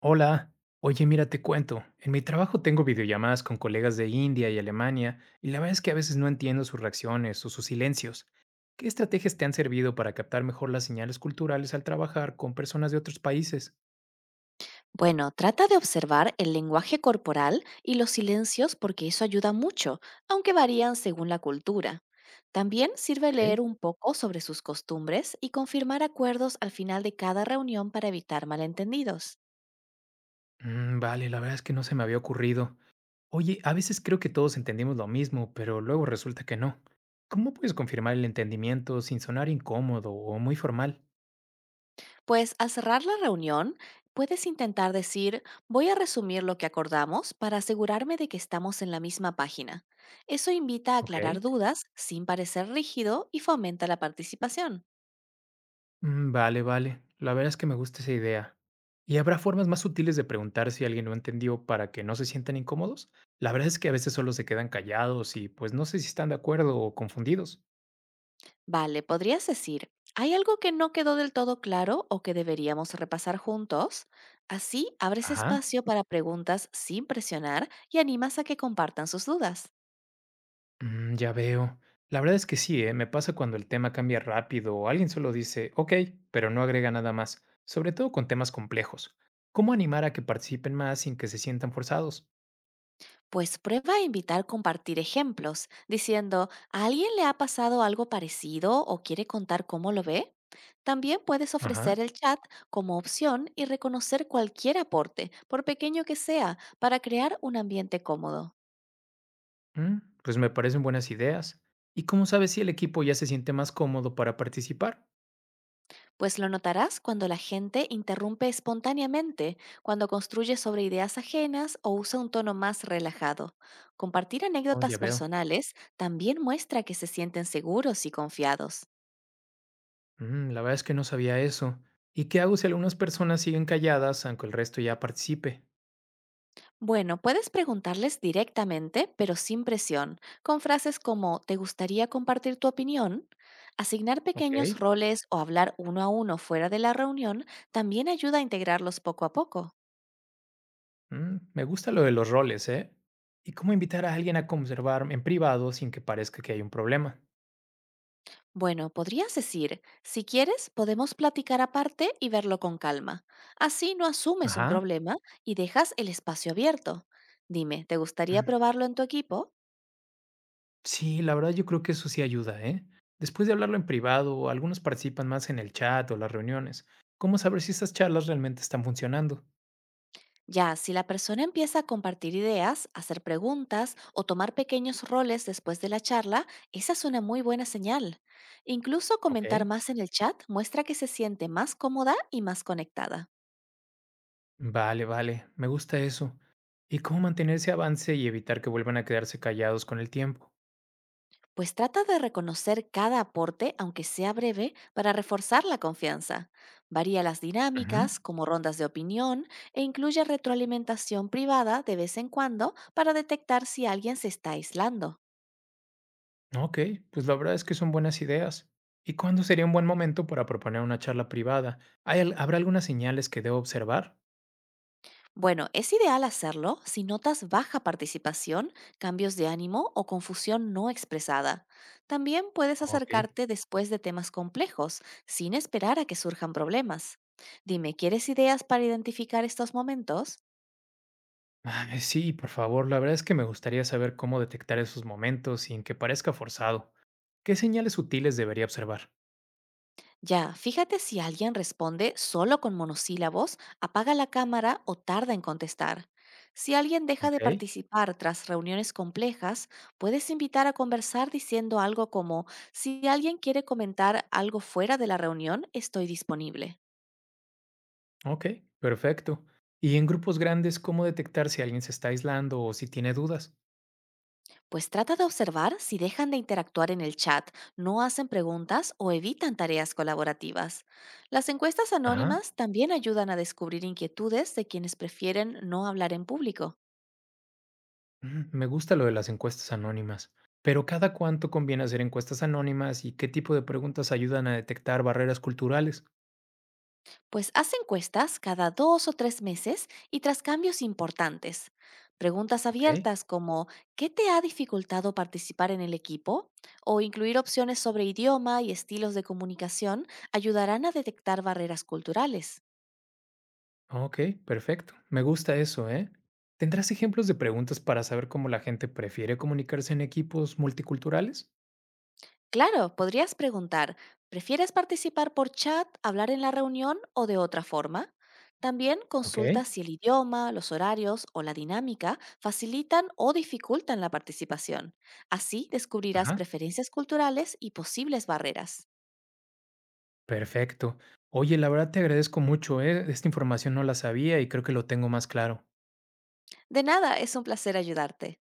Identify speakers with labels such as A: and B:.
A: Hola, oye, mira, te cuento. En mi trabajo tengo videollamadas con colegas de India y Alemania, y la verdad es que a veces no entiendo sus reacciones o sus silencios. ¿Qué estrategias te han servido para captar mejor las señales culturales al trabajar con personas de otros países?
B: Bueno, trata de observar el lenguaje corporal y los silencios porque eso ayuda mucho, aunque varían según la cultura. También sirve leer
A: Ok.
B: un poco sobre sus costumbres y confirmar acuerdos al final de cada reunión para evitar malentendidos.
A: Vale, la verdad es que no se me había ocurrido. Oye, a veces creo que todos entendimos lo mismo, pero luego resulta que no. ¿Cómo puedes confirmar el entendimiento sin sonar incómodo o muy formal?
B: Pues al cerrar la reunión, puedes intentar decir, voy a resumir lo que acordamos para asegurarme de que estamos en la misma página. Eso invita a
A: Ok.
B: aclarar dudas sin parecer rígido y fomenta la participación.
A: Vale, vale. La verdad es que me gusta esa idea. ¿Y habrá formas más sutiles de preguntar si alguien no entendió para que no se sientan incómodos? La verdad es que a veces solo se quedan callados y pues no sé si están de acuerdo o confundidos.
B: Vale, ¿podrías decir, hay algo que no quedó del todo claro o que deberíamos repasar juntos? Así abres
A: Ajá.
B: espacio para preguntas sin presionar y animas a que compartan sus dudas.
A: Ya veo. La verdad es que sí, ¿eh? Me pasa cuando el tema cambia rápido o alguien solo dice, ok, pero no agrega nada más, sobre todo con temas complejos. ¿Cómo animar a que participen más sin que se sientan forzados?
B: Pues prueba a invitar compartir ejemplos, diciendo, ¿a alguien le ha pasado algo parecido o quiere contar cómo lo ve? También puedes
A: Ajá.
B: ofrecer el chat como opción y reconocer cualquier aporte, por pequeño que sea, para crear un ambiente cómodo.
A: Pues me parecen buenas ideas. ¿Y cómo sabes si el equipo ya se siente más cómodo para participar?
B: Pues lo notarás cuando la gente interrumpe espontáneamente, cuando construye sobre ideas ajenas o usa un tono más relajado. Compartir
A: Oh,
B: anécdotas
A: ya veo.
B: personales también muestra que se sienten seguros y confiados.
A: La verdad es que no sabía eso. ¿Y qué hago si algunas personas siguen calladas aunque el resto ya participe?
B: Bueno, puedes preguntarles directamente, pero sin presión, con frases como ¿te gustaría compartir tu opinión? Asignar pequeños
A: Ok.
B: roles o hablar uno a uno fuera de la reunión también ayuda a integrarlos poco a poco.
A: Me gusta lo de los roles, ¿eh? ¿Y cómo invitar a alguien a conservar en privado sin que parezca que hay un problema?
B: Bueno, podrías decir, si quieres, podemos platicar aparte y verlo con calma. Así no asumes un
A: Ajá.
B: problema y dejas el espacio abierto. Dime, ¿te gustaría
A: Mm.
B: probarlo en tu equipo?
A: Sí, la verdad yo creo que eso sí ayuda, ¿eh? Después de hablarlo en privado, algunos participan más en el chat o las reuniones. ¿Cómo saber si estas charlas realmente están funcionando?
B: Ya, si la persona empieza a compartir ideas, hacer preguntas o tomar pequeños roles después de la charla, esa es una muy buena señal. Incluso
A: Ok.
B: comentar más en el chat muestra que se siente más cómoda y más conectada.
A: Vale, vale, me gusta eso. ¿Y cómo mantener ese avance y evitar que vuelvan a quedarse callados con el tiempo?
B: Pues trata de reconocer cada aporte, aunque sea breve, para reforzar la confianza. Varía las
A: Ujú.
B: dinámicas, como rondas de opinión, e incluye retroalimentación privada de vez en cuando para detectar si alguien se está aislando.
A: Ok, pues la verdad es que son buenas ideas. ¿Y cuándo sería un buen momento para proponer una charla privada? ¿Habrá algunas señales que debo observar?
B: Bueno, es ideal hacerlo si notas baja participación, cambios de ánimo o confusión no expresada. También puedes
A: Ok.
B: acercarte después de temas complejos, sin esperar a que surjan problemas. Dime, ¿quieres ideas para identificar estos momentos?
A: Ay, sí, por favor, la verdad es que me gustaría saber cómo detectar esos momentos sin que parezca forzado. ¿Qué señales sutiles debería observar?
B: Ya, fíjate si alguien responde solo con monosílabos, apaga la cámara o tarda en contestar. Si alguien deja de
A: Ok.
B: participar tras reuniones complejas, puedes invitar a conversar diciendo algo como, si alguien quiere comentar algo fuera de la reunión, estoy disponible.
A: Ok, perfecto. ¿Y en grupos grandes cómo detectar si alguien se está aislando o si tiene dudas?
B: Pues trata de observar si dejan de interactuar en el chat, no hacen preguntas o evitan tareas colaborativas. Las encuestas
A: Ajá.
B: anónimas también ayudan a descubrir inquietudes de quienes prefieren no hablar en público.
A: Ujú. Me gusta lo de las encuestas anónimas, pero ¿cada cuánto conviene hacer encuestas anónimas y qué tipo de preguntas ayudan a detectar barreras culturales?
B: Pues haz encuestas cada dos o tres meses y tras cambios importantes. Preguntas
A: Ok,
B: abiertas como ¿qué te ha dificultado participar en el equipo? O incluir opciones sobre idioma y estilos de comunicación ayudarán a detectar barreras culturales.
A: ok, perfecto. Me gusta eso, ¿eh? ¿Tendrás ejemplos de preguntas para saber cómo la gente prefiere comunicarse en equipos multiculturales?
B: Claro, podrías preguntar, ¿prefieres participar por chat, hablar en la reunión o de otra forma? También
A: Ok,
B: consulta si el idioma, los horarios o la dinámica facilitan o dificultan la participación. Así descubrirás
A: ajá,
B: preferencias culturales y posibles barreras.
A: perfecto. Oye, la verdad te agradezco mucho, ¿eh? Esta información no la sabía y creo que lo tengo más claro.
B: De nada, es un placer ayudarte.